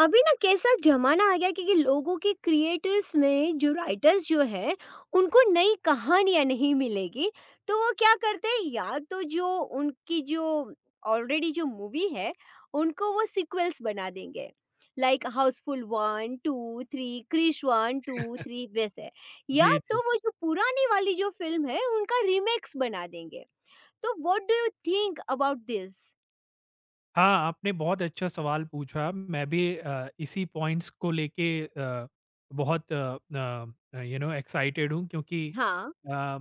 अभी ना कैसा ज़माना आ गया क्योंकि लोगों के क्रिएटर्स में जो राइटर्स जो है, उनको नई कहानियाँ नहीं मिलेगी। तो वो क्या करते हैं या तो जो उनकी जो ऑलरेडी जो मूवी है, उनको वो सीक्वल्स बना देंगे। लाइक हाउसफुल 1, 2, 3, क्रिश 1, 2, 3 वैसे। या जी, जी। तो वो जो पुरानी वाली जो फ़िल्म है, उनका रीमेक्स बना देंगे। तो what do you think about this? हाँ, आपने बहुत अच्छा सवाल पूछा। मैं भी इसी पॉइंट्स को लेके बहुत एक्साइटेड हूँ क्योंकि हाँ। अ,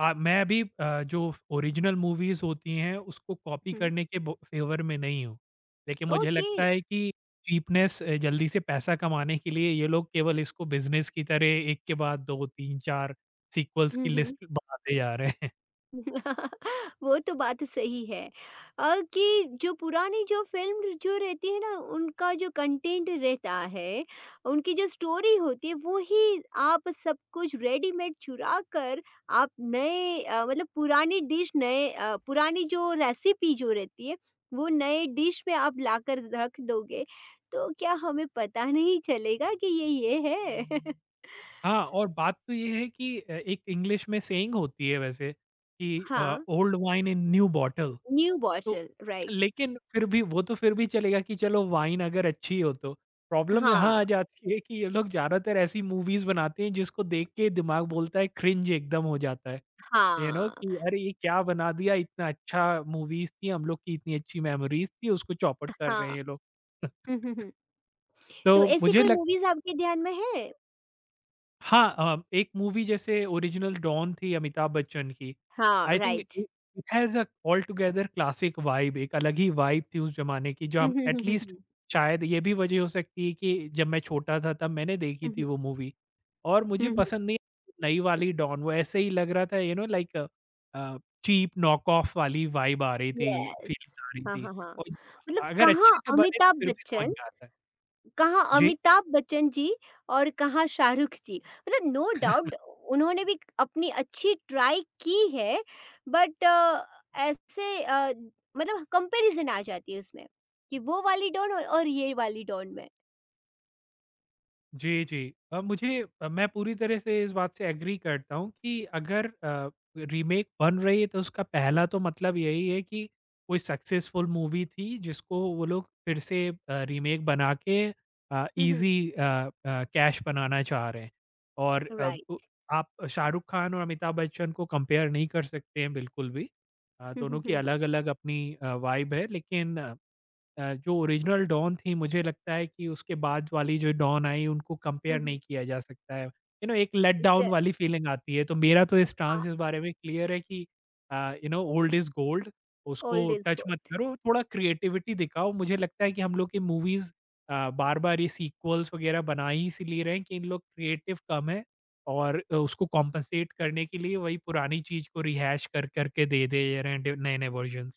आ मैं भी जो ओरिजिनल मूवीज़ होती हैं उसको कॉपी हुँ, करने के ब फेवर में नहीं हूँ। लेकिन मुझे ओके। लगता है कि चीपनेस जल्दी से पैसा कमाने के लिए ये लोग केवल इसको बिज़नेस की तरह एक के बाद 2, 3, 4 सीक्वल्स की हुँ, हुँ। लिस्ट बनाते जा रहे हैं। वो तो बात सही है कि जो पुरानी जो फ़िल्म जो रहती है ना उनका जो कंटेंट रहता है, उनकी जो स्टोरी होती है वो ही आप सब कुछ रेडीमेड चुरा कर आप नए मतलब पुरानी डिश नए पुरानी जो रेसिपी जो रहती है वो नए डिश में आप लाकर रख दोगे, तो क्या हमें पता नहीं चलेगा कि ये है? हाँ, और बात तो ये है कि एक इंग्लिश में सेइंग होती है वैसे कि हाँ, old wine in new bottle. New तो बॉटल राइट। लेकिन फिर भी वो तो फिर भी चलेगा कि चलो वाइन अगर अच्छी हो तो। प्रॉब्लम यहाँ हाँ, आ जाती है कि ये लोग ज़्यादातर ऐसी मूवीज़ बनाते हैं जिसको देख के दिमाग बोलता है क्रिंज एकदम हो जाता है। यू नो हाँ, कि अरे ये क्या बना दिया, इतना अच्छा मूवीज़ थी, हम लोग की इतनी अच्छी मेमोरीज़ थी, उसको चौपट कर रहे हैं हाँ। ये लोग। हुँ, हुँ, हुँ। तो तो ऐसी मुझे कोई लगता। मूवीज़ आपके ध्यान में है? हाँ, एक मूवी जैसे ओरिजिनल डॉन थी अमिताभ बच्चन की। हाँ, आई थिंक राइट। इ it has a all together classic vibe, एक अलग ही वाइब थी उस ज़माने की, जो हुँ, हम हुँ, एट हुँ, हुँ, लीस्ट हुँ। शायद ये भी वजह हो सकती है कि जब मैं छोटा था तब मैंने देखी हुँ, थी हुँ। वो मूवी और मुझे हुँ, हुँ। पसंद नहीं आई नई वाली डॉन। वो ऐसे ही लग रहा था, you know like a, cheap knock off वाली वाइब आ रही थी, यस। फीलिंग आ रही हाँ, थी। हाँ, हाँ। और मतलब अगर अच्छे से बने तो फिर भी समझ में आता है। कहाँ जी? अमिताभ बच्चन जी और कहाँ शाहरुख जी। मतलब नो डाउट उन्होंने भी अपनी अच्छी ट्राई की है बट ऐसे मतलब कंपैरिज़न आ जाती है उसमें कि वो वाली डॉन और ये वाली डॉन में। जी, जी। मुझे मैं पूरी तरह से इस बात से एग्री करता हूँ कि अगर रीमेक बन रही है तो उसका पहला तो मतलब यही है कि कोई सक्सेसफुल मूवी थी जिसको वो लोग फिर से रीमेक बना के अ, हुँ, हुँ। ईज़ी अ अ, कैश बनाना चाह रहे हैं। और अब उ राइट। आप शाहरुख़ खान और अमिताभ बच्चन को कंपेयर नहीं कर सकते हैं बिल्कुल भी। हुँ, दोनों हुँ, की हुँ। अलग-अलग अपनी वाइब है, लेकिन जो ओरिजिनल डॉन थी, मुझे लगता है कि उसके बाद वाली जो डॉन आई उनको हुँ, कंपेयर नहीं हुँ। किया जा सकता है। यू नो, एक लेट द डाउन वाली फीलिंग आती है। तो मेरा तो स्टांस इस बारे में क्लियर है कि ओल्ड इज़ गोल्ड, उसको ओल्ड इज़ टच मत गोल्ड। करो, थोड़ा क्रिएटिविटी दिखाओ। मुझे लगता है कि हम लोग की मूवीज़ बार-बार ये सीक्वल्स वगैरह बना ही इसीलिए रहे हैं कि इन लोग क्रिएटिव कम है और उसको कॉम्पेंसेट करने के लिए वही पुरानी चीज़ को रिहैश कर के दे दे रहे हैं डि नए-नए वर्जन्स।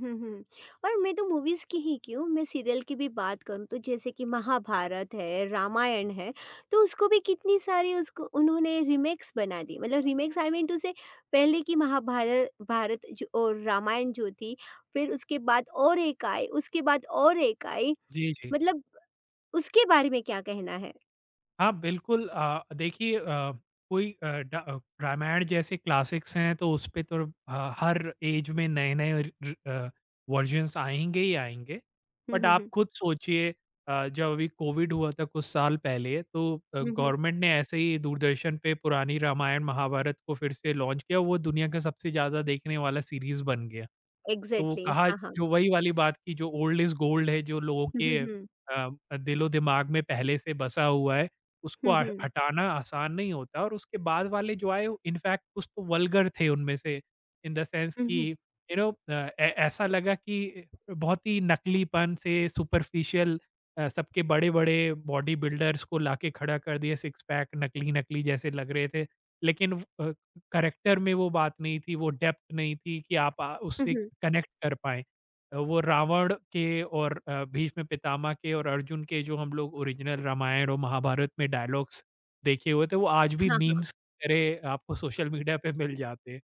हुँ, हुँ। और मैं तो मूवीज़ की ही क्यों, मैं सीरियल की भी बात करूँ तो जैसे कि महाभारत है, रामायण है, तो उसको भी कितनी सारी उसको उन्होंने रीमेक्स बना दी। मतलब रीमेक्स आई मीन टू से पहले की महाभारत भारत जो और रामायण जो थी, फिर उसके बाद और एक आई, उसके बाद और एक आई, जी, जी। मतलब उसके बारे में क्या कहना है? हाँ, बिल्कुल देखिए कोई रामायण जैसे क्लासिक्स हैं तो उसपे तो ह हर ऐज में नए-नए र र अ, वर्ज़न्स आएँगे ही आएँगे। हुँ, बट हुँ, आप हुँ। खुद सोचिए, जब अभी कोविड हुआ था कुछ साल पहले तो हुँ, हुँ। गवर्नमेंट ने ऐसे ही दूरदर्शन पे पुरानी रामायण, महाभारत को फिर से लॉन्च किया, वो दुनिया का सबसे ज़्यादा देखने वाला सीरीज़ बन गया। तो वो एग्ज़ैक्टली, कहा, हाँ, हाँ। जो वही वाली बात की जो ओल्ड इज़ गोल्ड है, जो लोगों हुँ, के हुँ, हुँ। अ, दिलो-दिमाग में पहले से बसा हुआ है, उसको हुँ, ह हुँ। हटाना आसान नहीं होता। और उसके बाद वाले जो आए, इनफैक्ट कुछ तो वल्गर थे उनमें से, इन द सेंस हुँ, हुँ। कि यू नो अ, ऐ ऐसा लगा कि बहुत ही नकलीपन से सुपरफिशियल सबके बड़े-बड़े बॉडी बिल्डर्स को लाके खड़ा कर दिया, सिक्स पैक नकली-नकली जैसे लग रहे थे। लेकिन करैक्टर में वो बात नहीं थी, वो डेप्थ नहीं थी कि आप हुँ, उससे हुँ। कनेक्ट कर पाएँ। वो रावण के और भीष्म पितामह के और अर्जुन के जो हम लोग ओरिजिनल रामायण और महाभारत में डायलॉग्स देखे हुए थे, वो आज भी हाँ। मीम्स की तरह आपको सोशल मीडिया पे मिल जाते हैं।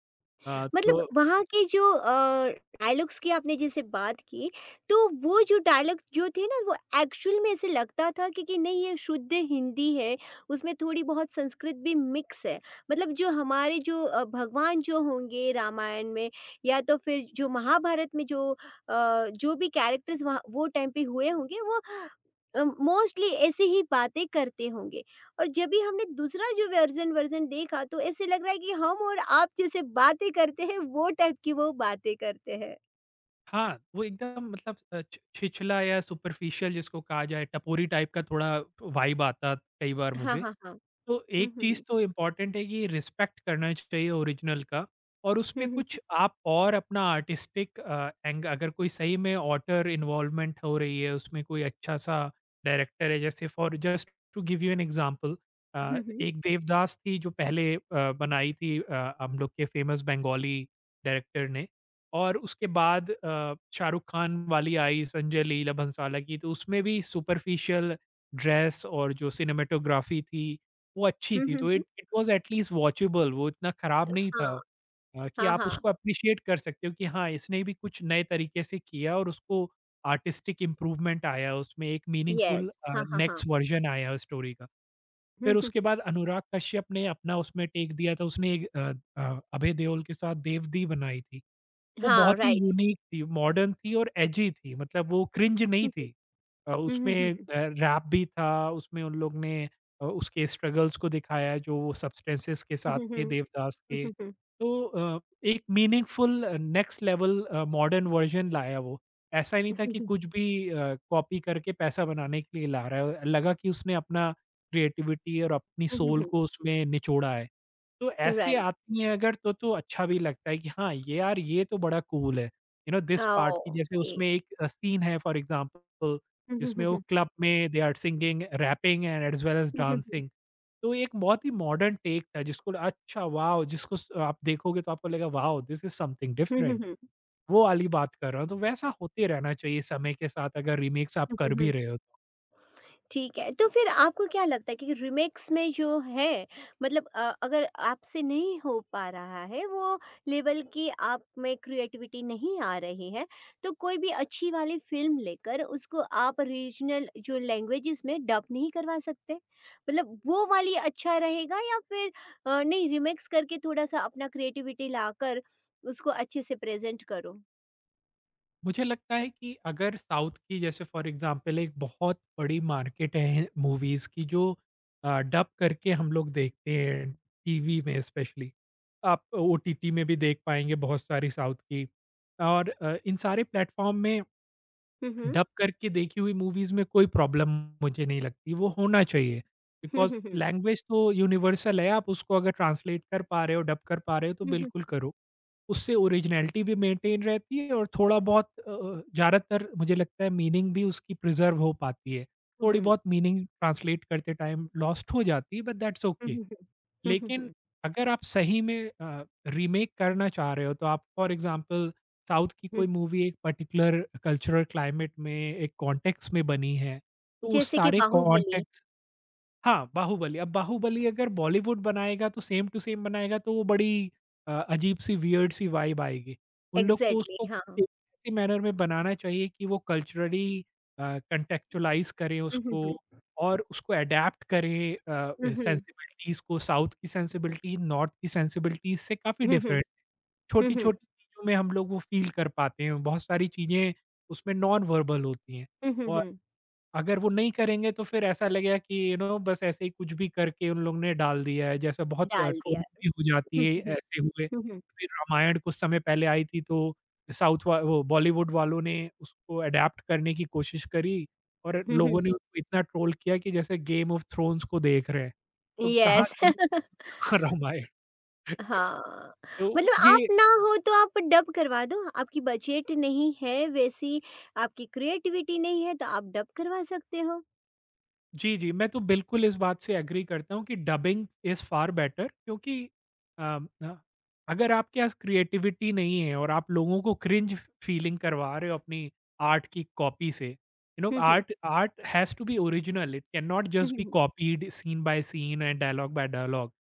अ, मतलब तो वहाँ के जो डायलॉग्स की आपने जैसे बात की, तो वो जो डायलॉग जो थे ना वो एक्चुअल में ऐसे लगता था कि नहीं ये शुद्ध हिंदी है, उसमें थोड़ी-बहुत संस्कृत भी मिक्स है। मतलब जो हमारे जो भगवान जो होंगे रामायण में या तो फिर जो महाभारत में जो जो भी कैरेक्टर्स वहाँ वो टाइम पे हुए होंगे वो मोस्टली ऐसी ही बातें करते होंगे। और जब भी हमने दूसरा जो वर्ज़न वर्ज़न देखा तो ऐसे लग रहा है कि हम और आप जैसे बातें करते हैं वो टाइप की वो बातें करते हैं। हाँ, वो एकदम मतलब अ, छ छिछला या सुपरफिशियल जिसको कहा जाए, टपोरी टाइप का थोड़ा वाइब आता कई बार हाँ, मुझे। हाँ, हाँ। तो हुँ, एक हुँ, चीज़ हुँ। तो इम्पोर्टेंट है कि रिस्पेक्ट करना चाहिए ओरिजिनल का और हुँ, उसपे हुँ। कुछ आप और अपना आर्टिस्टिक अ, एंग अगर कोई सही में ऑटर इन्वॉल्वमेंट हो रही है, उसमें कोई अच्छा सा डायरेक्टर है, जैसे for just to give you an example हुँ, हुँ। एक देवदास थी जो पहले बनाई थी हम लोग के फेमस बंगाली डायरेक्टर ने, और उसके बाद शाहरुख़ खान वाली आई संजय लीला भंसाली की। तो उसमें भी सुपरफिशियल ड्रेस और जो सिनेमेटोग्राफ़ी थी वो अच्छी हुँ, थी, हुँ, तो हुँ। It it was at least watchable, वो इतना खराब नहीं था हाँ, कि हाँ, आप हाँ। उसको एप्रिशिएट कर सकते हो कि हाँ, इसने भी कुछ नए तरीके से किया और उसको आर्टिस्टिक इम्प्रूवमेंट आया, उसमें एक मीनिंगफुल येस। हाँ, हाँ, हाँ। नेक्स्ट वर्ज़न आया स्टोरी का। हुँ, फिर हुँ, उसके बाद अनुराग कश्यप ने अपना उसमें टेक दिया था, उसने एक अभय देओल के साथ देवदी बनाई थी। हुँ। वो हाँ, बहुत ही राइट। यूनिक थी, मॉडर्न थी और एजी थी, मतलब वो क्रिंज नहीं हुँ, हुँ। थी। उसमें हुँ, हुँ, हुँ। रैप भी था, उसमें उन लोग ने उसके स्ट्रगल्स को दिखाया है, जो वो सब्सटेंसेस के हुँ, साथ हुँ, थे हुँ। देवदास हुँ, के। हुँ, हुँ। तो एक meaningful next level modern version लाया वो। ऐसा ही नहीं हुँ, था हुँ, कि हुँ। कुछ भी कॉपी करके पैसा बनाने के लिए ला रहा है, लगा कि उसने अपना क्रिएटिविटी और अपनी हुँ, हुँ, सोल हुँ। को उसमें निचोड़ा है। तो ऐसे राइट। आती हैं अगर तो अच्छा भी लगता है कि हाँ, ये यार ये तो बड़ा कूल है। यू नो दिस पार्ट की, जैसे ओके। उसमें एक सीन है फॉर एग्ज़ाम्पल हुँ, हुँ, जिसमें हुँ, वो हुँ। क्लब में they are singing, rapping and as well as hmm, hmm, hmm. Dancing. तो एक बहुत ही मॉडर्न टेक था जिसको अच्छा वॉव! जिसको स आप देखोगे तो आपको लगेगा wow! This is something hmm, hmm, hmm. Hmm, different. हुँ, हुँ। वो वाली बात कर रहा हूँ, तो वैसा होते रहना चाहिए समय के साथ, अगर रीमेक्स आप हुँ, हुँ, कर भी हुँ। रहे हो तो। ठीक है, तो फिर आपको क्या लगता है कि रीमिक्स में जो है मतलब अगर आपसे नहीं हो पा रहा है वो लेवल की आप में क्रिएटिविटी नहीं आ रही है, तो कोई भी अच्छी वाली फ़िल्म लेकर उसको आप रीजनल जो लैंग्वेजेज़ में डब नहीं करवा सकते? मतलब वो वाली अच्छा रहेगा या फिर नहीं रीमिक्स करके थोड़ा-सा अपना क्रिएटिविटी लाकर उसको अच्छे से प्रेज़ेंट करो? मुझे लगता है कि अगर साउथ की, जैसे फॉर एग्जांपल, एक बहुत बड़ी मार्केट है मूवीज़ की, जो डब करके हम लोग देखते हैं टीवी में स्पेशली। आप ओटीटी में भी देख पाएँगे बहुत सारी साउथ की, और इन सारे प्लेटफ़ॉर्म में हुँ, हुँ। डब करके देखी हुई मूवीज़ में कोई प्रॉब्लम मुझे नहीं लगती, वो होना चाहिए। हुँ, बिकॉज़ हुँ, हुँ। लैंग्वेज तो यूनिवर्सल है, आप उसको अगर ट्रांसलेट कर पा रहे हो, डब कर पा रहे हो तो हुँ, हुँ, बिल्कुल करो। उससे ओरिजिनैलिटी भी मेंटेन रहती है, और थोड़ा बहुत ज़्यादातर मुझे लगता है मीनिंग भी उसकी प्रिज़र्व हो पाती है। हुँ, थोड़ी हुँ, बहुत मीनिंग ट्रांसलेट करते टाइम लॉस्ट हो जाती है, बट दैट्स हुँ, ओके। हुँ, हुँ, हुँ, हुँ, लेकिन हुँ, अगर आप सही में रीमेक करना चाह रहे हो, तो आप फॉर एग्ज़ाम्पल साउथ की हुँ। कोई मूवी एक पर्टिकुलर कल्चरल क्लाइमेट में, एक कॉन्टेक्स्ट में बनी है, तो उस जैसे कि सारे बाहुबली, कॉन्टेक्स्ट हाँ, बाहुबली। अब बाहुबली अगर बॉलीवुड बनाएगा तो सेम टू सेम बनाएगा, तो वो बड़ी अजीब-सी वियर्ड-सी वाइब आएगी। उन लोग को एग्ज़ैक्टली उसको हाँ। एक ऐसी मैनर में बनाना चाहिए कि वो कल्चरली अ, कॉन्टेक्चुअलाइज़ करें हुँ, हुँ, उसको, हुँ। और उसको अडैप्ट करें हुँ, हुँ। सेंसिबिलिटीज़ को, साउथ की सेंसिबिलिटी, नॉर्थ की सेंसिबिलिटीज़ से काफ़ी हुँ, हुँ। डिफरेंट। हुँ, हुँ। छोटी-छोटी चीज़ों में हम लोग वो फ़ील कर पाते हैं। बहुत सारी चीज़ें उसमें नॉन वर्बल होती हैं। हुँ, हुँ, हुँ। अगर वो नहीं करेंगे तो फिर ऐसा लगेगा कि यू नो बस ऐसे ही कुछ भी करके उन लोग ने डाल दिया है। जैसे बहुत डाल दिया। ट्रोलिंग भी हो जाती हुँ, है हुँ, हुँ। ऐसे हुए। हुँ, हुँ। फिर रामायण कुछ समय पहले आई थी तो साउथ वा वो बॉलीवुड वालों ने उसको अडैप्ट करने की कोशिश करी, और हुँ, लोगों हुँ। ने उसको इतना ट्रोल किया कि जैसे गेम ऑफ थ्रोन्स को देख रहे हैं। तो कहाँ येस। गेम ऑफ, कहाँ रामायण। हाँ, तो मतलब ये आप ना हो तो आप डब करवा दो, आपकी बजट नहीं है वैसी, आपकी क्रिएटिविटी नहीं है तो आप डब करवा सकते हो। जी, जी। मैं तो बिल्कुल इस बात से एग्री करता हूँ कि डबिंग इज़ फार बेटर, क्योंकि ना, अगर आपके पास क्रिएटिविटी नहीं है और आप लोगों को क्रिंज फीलिंग करवा रहे हो अपनी आर्ट की कॉपी से, you know hmm, hmm. Art art has to be original, it can not hmm, just hmm, be hmm. Copied scene by scene and dialogue by dialogue.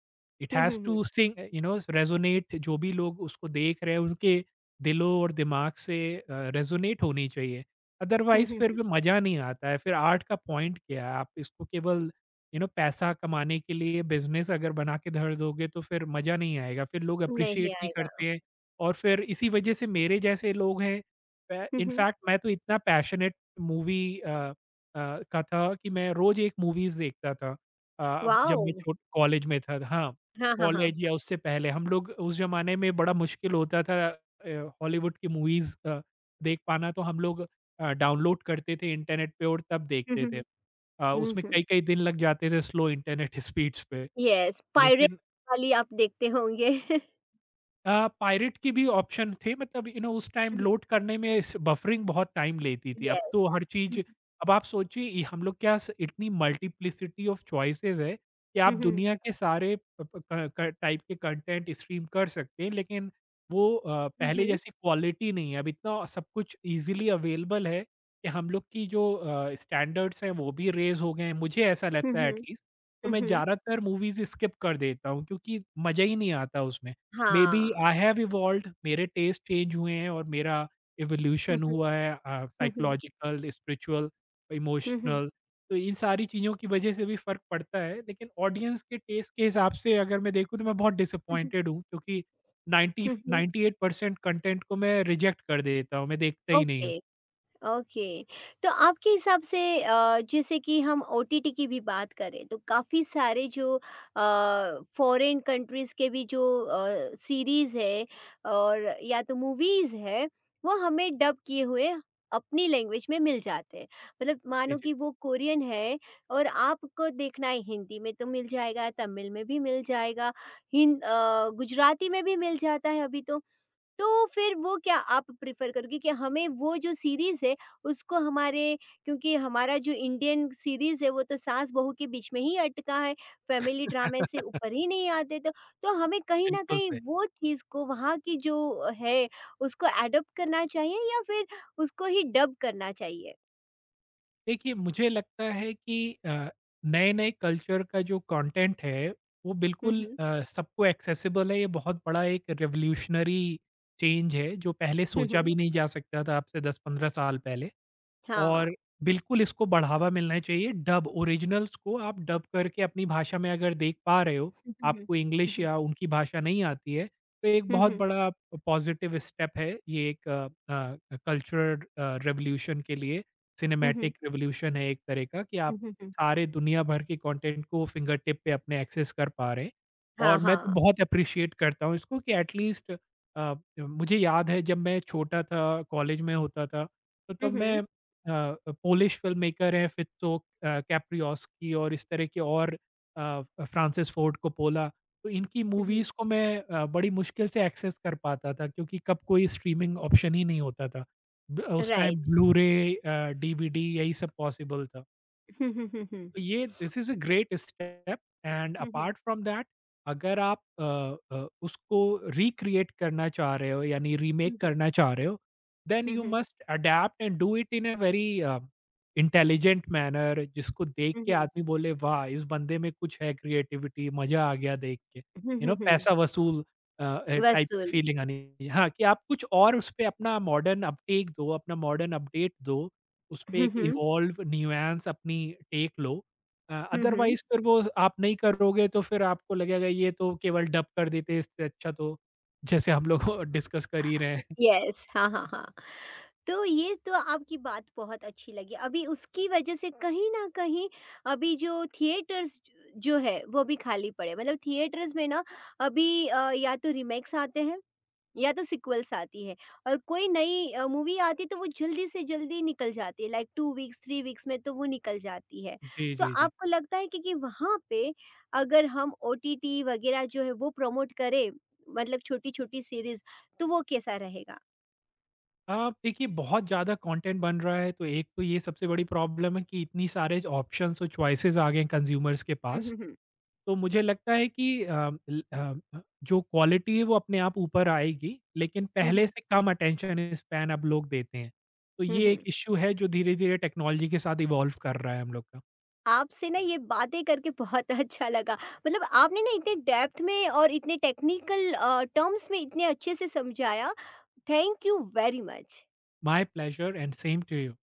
It hmm, has hmm, hmm. To sync, you know resonate, जो भी लोग उसको देख रहे हैं, उनके दिलों और दिमाग से रेज़ोनेट होनी चाहिए। हुँ, अदरवाइज हुँ, फिर हुँ। वो मज़ा नहीं आता है, फिर आर्ट का पॉइंट क्या है? आप इसको केवल यू नो पैसा कमाने के लिए बिज़नेस अगर बना के धर दोगे तो फिर मज़ा नहीं आएगा, फिर लोग नहीं एप्रिशिएट नहीं आएगा। करते हैं और फिर इसी वजह से मेरे जैसे लोग हैं। हुँ, हुँ। इनफैक्ट मैं तो इतना पैशनेट मूवी का था कि मैं रोज़ एक मूवीज़ देखता था जब मैं वॉव! छोट कॉलेज में था। हाँ, हाँ, हाँ, हाँ। कॉलेज या उससे पहले हम लोग उस ज़माने में बड़ा मुश्किल होता था। हॉलीवुड की मूवीज़ देख पाना तो हम लोग डाउनलोड करते थे इंटरनेट पे और तब हुँ, देखते हुँ, थे। हुँ। हुँ, उसमें हुँ। कई-कई दिन लग जाते थे स्लो इंटरनेट स्पीड्स पे। येस, पायरेट लेकिन वाली आप देखते होंगे। पायरेट की भी ऑप्शन थे, मतलब यू नो उस टाइम लोड करने में इस बफरिंग बहुत टाइम लेती थी। अब तो Yes. हर चीज़, Mhm, अब आप सोचिए ये हम लोग के पास इतनी मल्टीप्लिसिटी ऑफ चॉइसेस है कि आप mhm, दुनिया के सारे प प क क टाइप के कंटेंट स्ट्रीम कर सकते हैं। लेकिन वो पहले mhm, जैसी क्वालिटी नहीं है। अब इतना सब कुछ ईज़िली अवेलेबल है कि हम लोग की जो स्टैंडर्ड्स हैं वो भी रेज़ हो गए हैं। मुझे ऐसा लगता है mhm, एटलीस्ट। तो मैं mhm. ज़्यादातर मूवीज़ स्किप कर देता हूँ क्योंकि मज़ा ही नहीं आता उसमें। मेबी हाँ। आई हैव इवॉल्वड, मेरे टेस्ट चेंज हुए हैं और मेरा इवोल्यूशन Mhm, हुआ है mhm, psychological, spiritual, mhm, emotional, तो इन सारी चीज़ों की वजह से भी फ़र्क पड़ता है। लेकिन ऑडियंस के टेस्ट के हिसाब से अगर मैं देखूँ तो मैं बहुत mhm, डिसअपॉइंटेड हूँ क्योंकि 90 mhm. 98% कंटेंट को मैं रिजेक्ट कर देता हूँ, मैं देखता ही नहीं हूँ। Okay. ओके। तो आपके हिसाब से जैसे कि हम ओटीटी की भी बात करें तो काफ़ी सारे जो फ़ॉरेन कंट्रीज़ के भी जो सीरीज़ है और या तो मूवीज़ है, वो हमें डब किए हुए अपनी लैंग्वेज में मिल जाते हैं। मतलब जी, मानो जी। कि वो कोरियन है और आपको देखना है हिंदी में तो मिल जाएगा, तमिल में भी मिल जाएगा, गुजराती में भी मिल जाता है अभी तो। तो फिर वो क्या आप प्रेफ़र करोगे कि हमें वो जो सीरीज़ है उसको हमारे क्योंकि हमारा जो इंडियन सीरीज़ है वो तो सास-बहू के बीच में ही अटका है, फैमिली ड्रामे से ऊपर ही नहीं आते तो हमें कहीं न बिल्कुल कहीं सही। वो चीज़ को वहाँ की जो है उसको एडॉप्ट करना चाहिए या फिर उसको ही डब करना चाहिए? देखिए, मुझे लगता है कि अ, नए-नए कल्चर का जो कंटेंट है, वो हुँ, बिल्कुल हुँ। सबको एक्सेसिबल है। ये बहुत बड़ा एक रिवॉल्यूशनरी चेंज है, जो पहले हुँ, सोचा हुँ। भी नहीं जा सकता था, आज से 10-15 साल पहले। हाँ। और बिल्कुल इसको बढ़ावा मिलना चाहिए, डब ओरिजिनल्स को आप डब करके अपनी भाषा में अगर देख पा रहे हो, हुँ, हुँ, हुँ, आपको इंग्लिश हुँ, या उनकी भाषा नहीं आती है, तो एक बहुत हुँ, बड़ा पॉज़िटिव स्टेप है। ये एक कल्चरल रिवॉल्यूशन के लिए हुँ, सिनेमैटिक रिवॉल्यूशन है एक तरह का कि आप हुँ, हुँ, हुँ। सारे दुनिया भर के कंटेंट को फिंगर टिप पे अपने एक्सेस कर पा रहे हैं और हाँ, मैं तो हाँ। बहुत एप्रिशिएट करता हूँ इसको कि एट लीस्ट अ, मुझे याद है जब मैं छोटा था, कॉलेज में होता था, तो हुँ, तब मैं हुँ, पोलिश फ़िल्म मेकर हैं फित्सोक कैप्रियोस्की और इस तरह के और फ्रांसिस फोर्ड कोप्पोला, तो इनकी हुँ, हुँ। मूवीज़ को मैं बड़ी मुश्किल से एक्सेस कर पाता था क्योंकि कब कोई स्ट्रीमिंग ऑप्शन ही नहीं होता था। ब उस time right. Blue ray DVD यही सब पॉसिबल था। हुँ, हुँ, हुँ, हुँ। तो ये this is a great step and hmm, hmm, apart from that, अगर आप उसको रिक्रिएट करना चाह रहे हो यानी रीमेक हुँ, हुँ, करना चाह रहे हो, then hmm, you hmm. Must adapt and do it in a very intelligent manner, जिसको देख हुँ, के हुँ। आदमी बोले वाह! इस बंदे में कुछ है क्रिएटिविटी, मज़ा आ गया देख के। हुँ, यू नो हुँ, हुँ। पैसा वसूल टाइप वसूल। फीलिंग आनी चाहिए। हाँ, कि आप कुछ और उसपे अपना मॉडर्न अपटेक दो, अपना मॉडर्न अपडेट दो, उसपे हुँ, एक हुँ। इवॉल्व न्यूएंस अपनी टेक लो, हुँ, हुँ। अदरवाइज़ फिर वो आप नहीं करोगे तो फिर आपको लगेगा ये तो केवल डब कर देते, इससे अच्छा तो जैसे हम लोग डिस्कस कर ही रहे हैं। यस, हाँ, हाँ, हाँ। तो ये तो आपकी बात बहुत अच्छी लगी। अभी उसकी वजह से कहीं न कहीं अभी जो थिएटर्स जो है वो भी खाली पड़े। मतलब थिएटर्स में ना अभी या तो रीमेक्स आते हैं या तो सीक्वल्स आती है और कोई नई मूवी आती है तो वो जल्दी से जल्दी निकल जाती है लाइक 2 वीक्स 3 वीक्स में तो वो निकल जाती है। जी, तो जी, जी। आपको लगता है कि वहाँ पे अगर हम ओटीटी वग़ैरह जो है वो प्रमोट करें मतलब छोटी-छोटी सीरीज़ तो वो कैसा रहेगा? आप देखिए बहुत ज़्यादा कंटेंट बन रहा है तो एक तो ये सबसे बड़ी प्रॉब्लम है कि इतनी सारे ऑप्शंस और चॉइसेस आ गए हैं कंज़्यूमर्स के हुँ, पास। हुँ, हुँ। तो मुझे लगता है कि जो क्वालिटी है वो अपने आप ऊपर आएगी, लेकिन हुँ, पहले हुँ। से कम अटेंशन स्पैन अब लोग देते हैं। तो हुँ, ये एक हुँ। इश्यू है जो धीरे-धीरे टेक्नोलॉजी के साथ इवॉल्व कर रहा है हम लोग का। आपसे ना ये बातें करके बहुत अच्छा लगा। मतलब आपने ना इतने डेप्थ में और इतने टेक्निकल टर्म्स में इतने अच्छे से समझाया। Thank you very much. My pleasure and same to you.